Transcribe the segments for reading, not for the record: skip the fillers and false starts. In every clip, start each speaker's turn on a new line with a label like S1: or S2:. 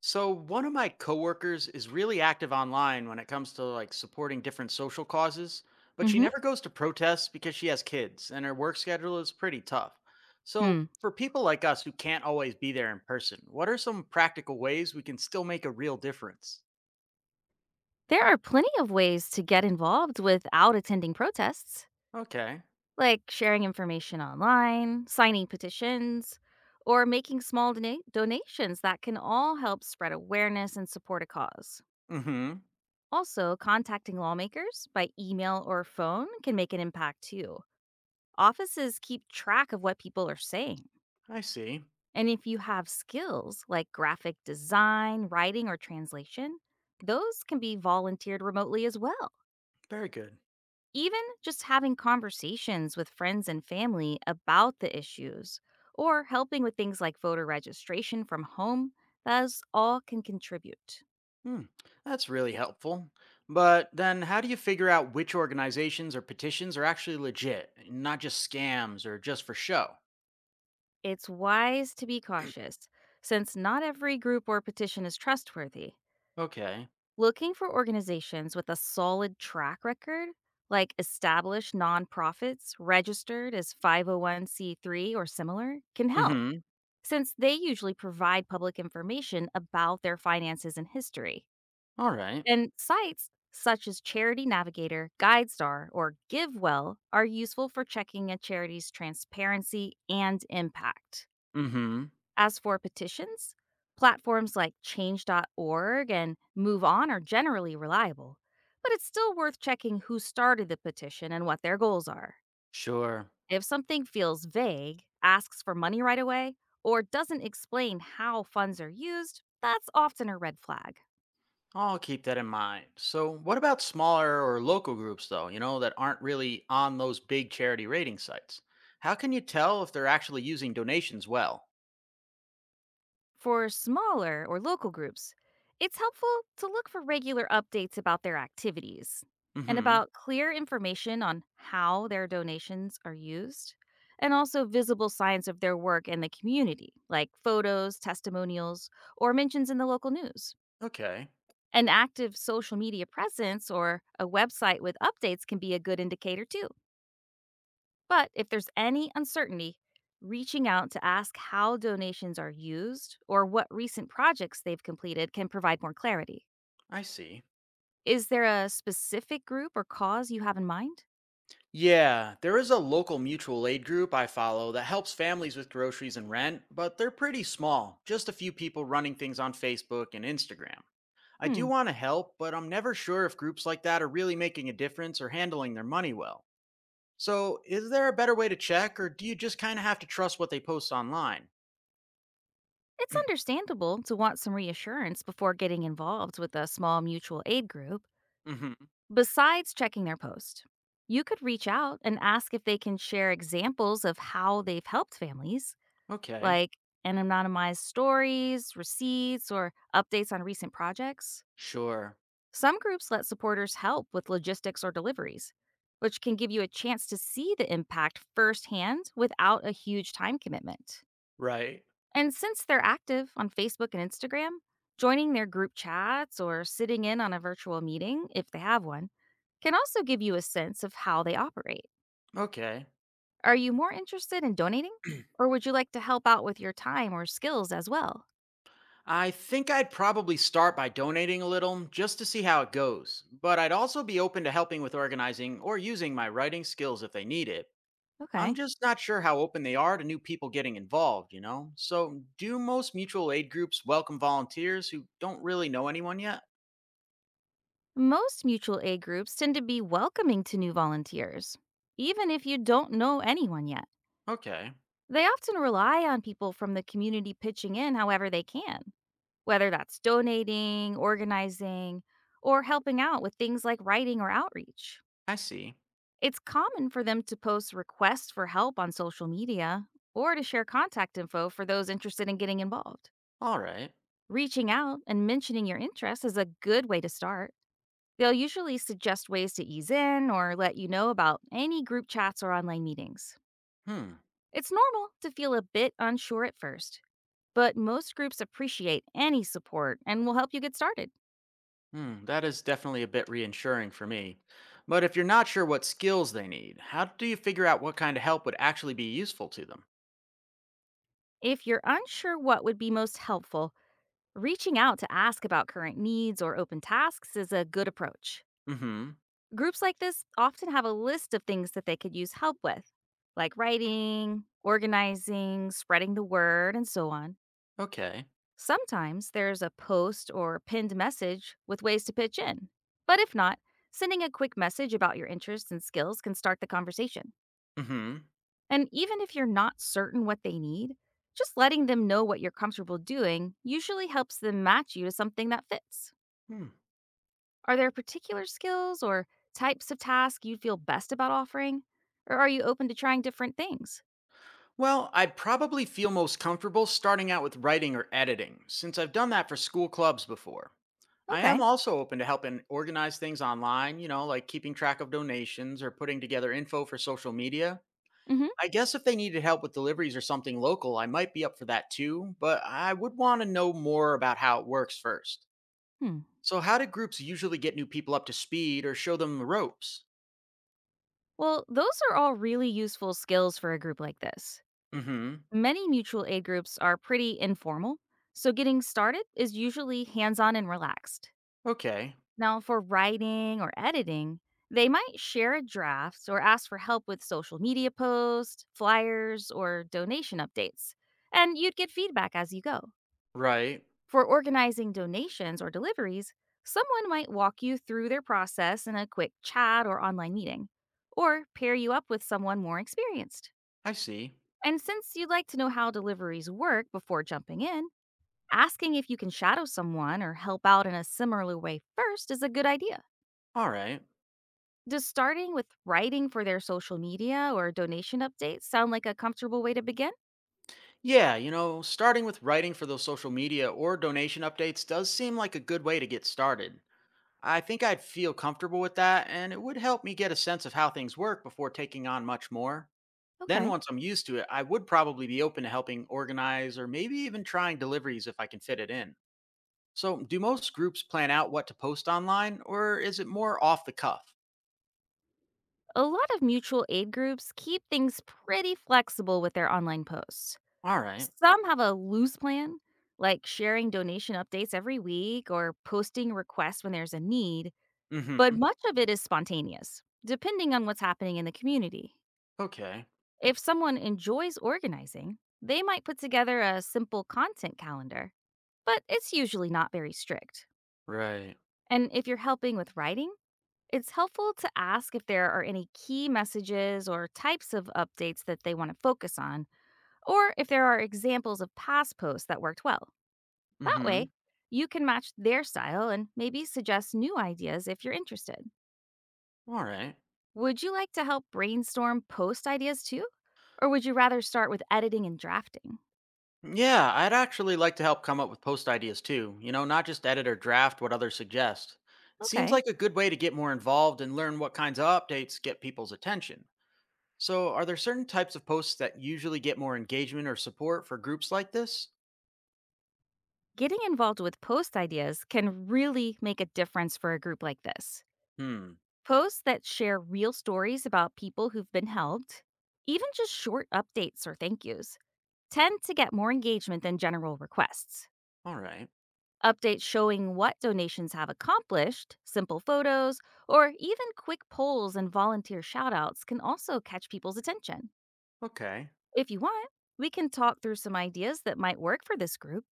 S1: So one of my coworkers is really active online when it comes to like supporting different social causes, but she
S2: Hmm.
S1: never goes to protests because she has kids and her work schedule is pretty tough. So
S2: Hmm.
S1: for people like us who can't always be there in person, what are some practical ways we can still make a real difference?
S2: There are plenty of ways to get involved without attending protests,
S1: Okay.
S2: like sharing information online, signing petitions, or making small donations that can all help spread awareness and support a cause.
S1: Mhm.
S2: Also, contacting lawmakers by email or phone can make an impact too. Offices keep track of what people are saying.
S1: I see.
S2: And if you have skills like graphic design, writing, or translation, those can be volunteered remotely as well.
S1: Very good.
S2: Even just having conversations with friends and family about the issues or helping with things like voter registration from home, those all can contribute.
S1: Hmm. That's really helpful. But then how do you figure out which organizations or petitions are actually legit, and not just scams or just for show?
S2: It's wise to be cautious since not every group or petition is trustworthy.
S1: Okay.
S2: Looking for organizations with a solid track record, like established nonprofits registered as 501c3 or similar, can help
S1: Mm-hmm.
S2: since they usually provide public information about their finances and history.
S1: All right.
S2: And sites such as Charity Navigator, GuideStar, or GiveWell are useful for checking a charity's transparency and impact.
S1: Mm-hmm.
S2: As for petitions, platforms like change.org and MoveOn are generally reliable, but it's still worth checking who started the petition and what their goals are.
S1: Sure.
S2: If something feels vague, asks for money right away, or doesn't explain how funds are used, that's often a red flag.
S1: I'll keep that in mind. So what about smaller or local groups though, you know, that aren't really on those big charity rating sites? How can you tell if they're actually using donations well?
S2: For smaller or local groups, it's helpful to look for regular updates about their activities and
S1: Mm-hmm.
S2: about clear information on how their donations are used, and also visible signs of their work in the community, like photos, testimonials, or mentions in the local news.
S1: Okay.
S2: An active social media presence or a website with updates can be a good indicator too. But if there's any uncertainty, reaching out to ask how donations are used or what recent projects they've completed can provide more clarity.
S1: I see.
S2: Is there a specific group or cause you have in mind?
S1: Yeah, there is a local mutual aid group I follow that helps families with groceries and rent, but they're pretty small, just a few people running things on Facebook and Instagram. I
S2: Hmm.
S1: do want to help, but I'm never sure if groups like that are really making a difference or handling their money well. So, is there a better way to check, or do you just kind of have to trust what they post online?
S2: It's understandable to want some reassurance before getting involved with a small mutual aid group,
S1: Hmm.
S2: besides checking their post. You could reach out and ask if they can share examples of how they've helped families,
S1: Okay.
S2: like anonymized stories, receipts, or updates on recent projects.
S1: Sure.
S2: Some groups let supporters help with logistics or deliveries, which can give you a chance to see the impact firsthand without a huge time commitment.
S1: Right.
S2: And since they're active on Facebook and Instagram, joining their group chats or sitting in on a virtual meeting, if they have one, can also give you a sense of how they operate.
S1: Okay.
S2: Are you more interested in donating? Or would you like to help out with your time or skills as well?
S1: I think I'd probably start by donating a little just to see how it goes, but I'd also be open to helping with organizing or using my writing skills if they need it. I'm
S2: Okay.
S1: just not sure how open they are to new people getting involved, you know? So, do most mutual aid groups welcome volunteers who don't really know anyone yet?
S2: Most mutual aid groups tend to be welcoming to new volunteers, even if you don't know anyone yet.
S1: Okay,
S2: They often rely on people from the community pitching in however they can, whether that's donating, organizing, or helping out with things like writing or outreach.
S1: I see.
S2: It's common for them to post requests for help on social media or to share contact info for those interested in getting involved.
S1: All right.
S2: Reaching out and mentioning your interests is a good way to start. They'll usually suggest ways to ease in or let you know about any group chats or online meetings.
S1: Hmm.
S2: It's normal to feel a bit unsure at first, but most groups appreciate any support and will help you get started.
S1: Hmm, that is definitely a bit reassuring for me. But if you're not sure what skills they need, how do you figure out what kind of help would actually be useful to them?
S2: If you're unsure what would be most helpful, reaching out to ask about current needs or open tasks is a good approach.
S1: Mm-hmm.
S2: Groups like this often have a list of things that they could use help with, like writing, organizing, spreading the word, and so on.
S1: Okay.
S2: Sometimes there's a post or pinned message with ways to pitch in. But if not, sending a quick message about your interests and skills can start the conversation.
S1: Mm-hmm.
S2: And even if you're not certain what they need, just letting them know what you're comfortable doing usually helps them match you to something that fits.
S1: Hmm. Hmm.
S2: Are there particular skills or types of tasks you feel best about offering? Or are you open to trying different things?
S1: Well, I'd probably feel most comfortable starting out with writing or editing, since I've done that for school clubs before. I am
S2: Okay.
S1: also open to helping organize things online, you know, like keeping track of donations or putting together info for social media.
S2: Mm-hmm.
S1: I guess if they needed help with deliveries or something local, I might be up for that too, but I would want to know more about how it works first.
S2: Hmm.
S1: So, how do groups usually get new people up to speed or show them the ropes?
S2: Well, those are all really useful skills for a group like this.
S1: Mm hmm.
S2: Many mutual aid groups are pretty informal, so getting started is usually hands on and relaxed.
S1: Okay.
S2: Now, for writing or editing, they might share a draft or ask for help with social media posts, flyers, or donation updates, and you'd get feedback as you go.
S1: Right.
S2: For organizing donations or deliveries, someone might walk you through their process in a quick chat or online meeting, or pair you up with someone more experienced.
S1: I see.
S2: And since you'd like to know how deliveries work before jumping in, asking if you can shadow someone or help out in a similar way first is a good idea.
S1: All right.
S2: Does starting with writing for their social media or donation updates sound like a comfortable way to begin?
S1: Yeah, you know, starting with writing for those social media or donation updates does seem like a good way to get started. I think I'd feel comfortable with that, and it would help me get a sense of how things work before taking on much more. Then,
S2: Okay.
S1: once I'm used to it, I would probably be open to helping organize or maybe even trying deliveries if I can fit it in. So, do most groups plan out what to post online, or is it more off the cuff?
S2: A lot of mutual aid groups keep things pretty flexible with their online posts.
S1: All right.
S2: Some have a loose plan, like sharing donation updates every week or posting requests when there's a need,
S1: Mm
S2: but
S1: hmm.
S2: much of it is spontaneous, depending on what's happening in the community.
S1: Okay.
S2: If someone enjoys organizing, they might put together a simple content calendar, but it's usually not very strict.
S1: Right.
S2: And if you're helping with writing, it's helpful to ask if there are any key messages or types of updates that they want to focus on, or if there are examples of past posts that worked well.
S1: Mm
S2: That
S1: hmm.
S2: way, you can match their style and maybe suggest new ideas if you're interested.
S1: All right.
S2: Would you like to help brainstorm post ideas too? Or would you rather start with editing and drafting?
S1: Yeah, I'd actually like to help come up with post ideas too, you know, not just edit or draft what others suggest. It seems
S2: Okay.
S1: like a good way to get more involved and learn what kinds of updates get people's attention. So, are there certain types of posts that usually get more engagement or support for groups like this?
S2: Getting involved with post ideas can really make a difference for a group like this.
S1: Hmm,
S2: Posts that share real stories about people who've been helped, even just short updates or thank yous, tend to get more engagement than general requests.
S1: all right,
S2: Updates showing what donations have accomplished, simple photos, or even quick polls and volunteer shoutouts can also catch people's attention.
S1: okay.
S2: If you want, we can talk through some ideas that might work for this group.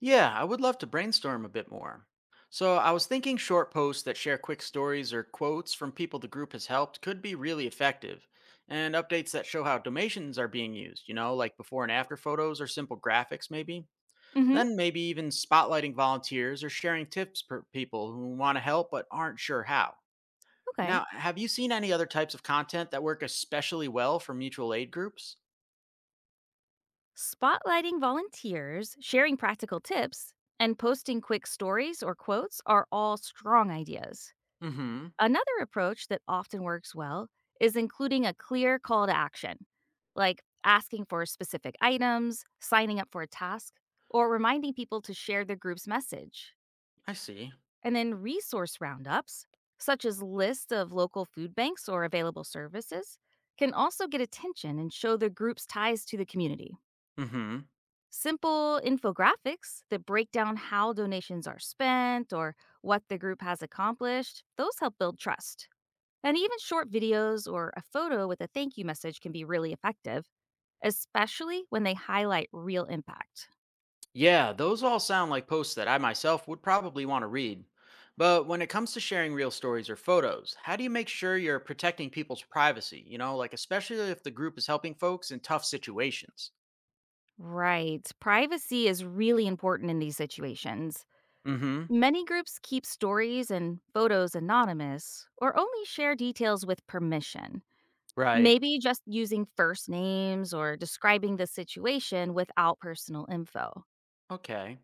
S1: Yeah, I would love to brainstorm a bit more. So, I was thinking short posts that share quick stories or quotes from people the group has helped could be really effective, and updates that show how donations are being used, like before and after photos or simple graphics, maybe.
S2: Mhm.
S1: Then, maybe even spotlighting volunteers or sharing tips for people who want to help but aren't sure how.
S2: Okay.
S1: Now, have you seen any other types of content that work especially well for mutual aid groups?
S2: Spotlighting volunteers, sharing practical tips, and posting quick stories or quotes are all strong ideas.
S1: Mm hmm.
S2: Another approach that often works well is including a clear call to action, like asking for specific items, signing up for a task, or reminding people to share the group's message.
S1: I see.
S2: And then resource roundups, such as lists of local food banks or available services, can also get attention and show the group's ties to the community.
S1: Mm hmm.
S2: Simple infographics that break down how donations are spent or what the group has accomplished, those help build trust. And even short videos or a photo with a thank you message can be really effective, especially when they highlight real impact.
S1: Yeah, those all sound like posts that I myself would probably want to read. But when it comes to sharing real stories or photos, how do you make sure you're protecting people's privacy? Like especially if the group is helping folks in tough situations.
S2: Right. Privacy is really important in these situations.
S1: Mm hmm.
S2: Many groups keep stories and photos anonymous or only share details with permission.
S1: Right.
S2: Maybe just using first names or describing the situation without personal info.
S1: Okay.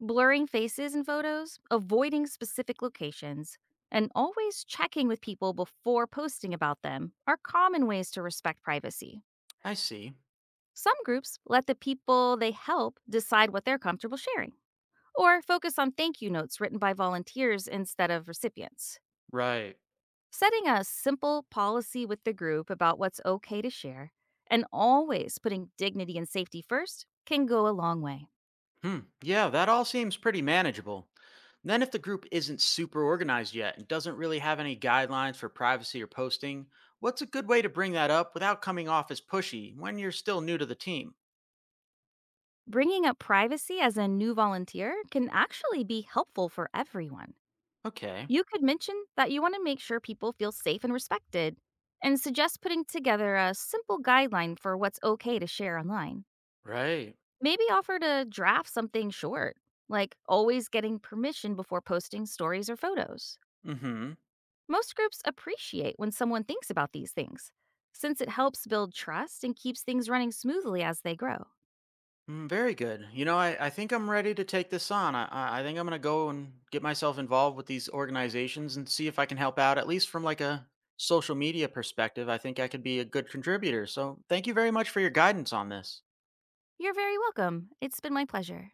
S2: Blurring faces in photos, avoiding specific locations, and always checking with people before posting about them are common ways to respect privacy.
S1: I see.
S2: Some groups let the people they help decide what they're comfortable sharing, or focus on thank you notes written by volunteers instead of recipients.
S1: Right.
S2: Setting a simple policy with the group about what's okay to share and always putting dignity and safety first can go a long way.
S1: Hmm. Yeah, that all seems pretty manageable. Then, if the group isn't super organized yet and doesn't really have any guidelines for privacy or posting, what's a good way to bring that up without coming off as pushy when you're still new to the team?
S2: Bringing up privacy as a new volunteer can actually be helpful for everyone.
S1: Okay.
S2: You could mention that you want to make sure people feel safe and respected and suggest putting together a simple guideline for what's okay to share online.
S1: Right.
S2: Maybe offer to draft something short, like always getting permission before posting stories or photos.
S1: Mm-hmm.
S2: Most groups appreciate when someone thinks about these things, since it helps build trust and keeps things running smoothly as they grow.
S1: Mm, very good. I think I'm ready to take this on. I think I'm going to go and get myself involved with these organizations and see if I can help out, at least from like a social media perspective. I think I could be a good contributor. So thank you very much for your guidance on this.
S2: You're very welcome. It's been my pleasure.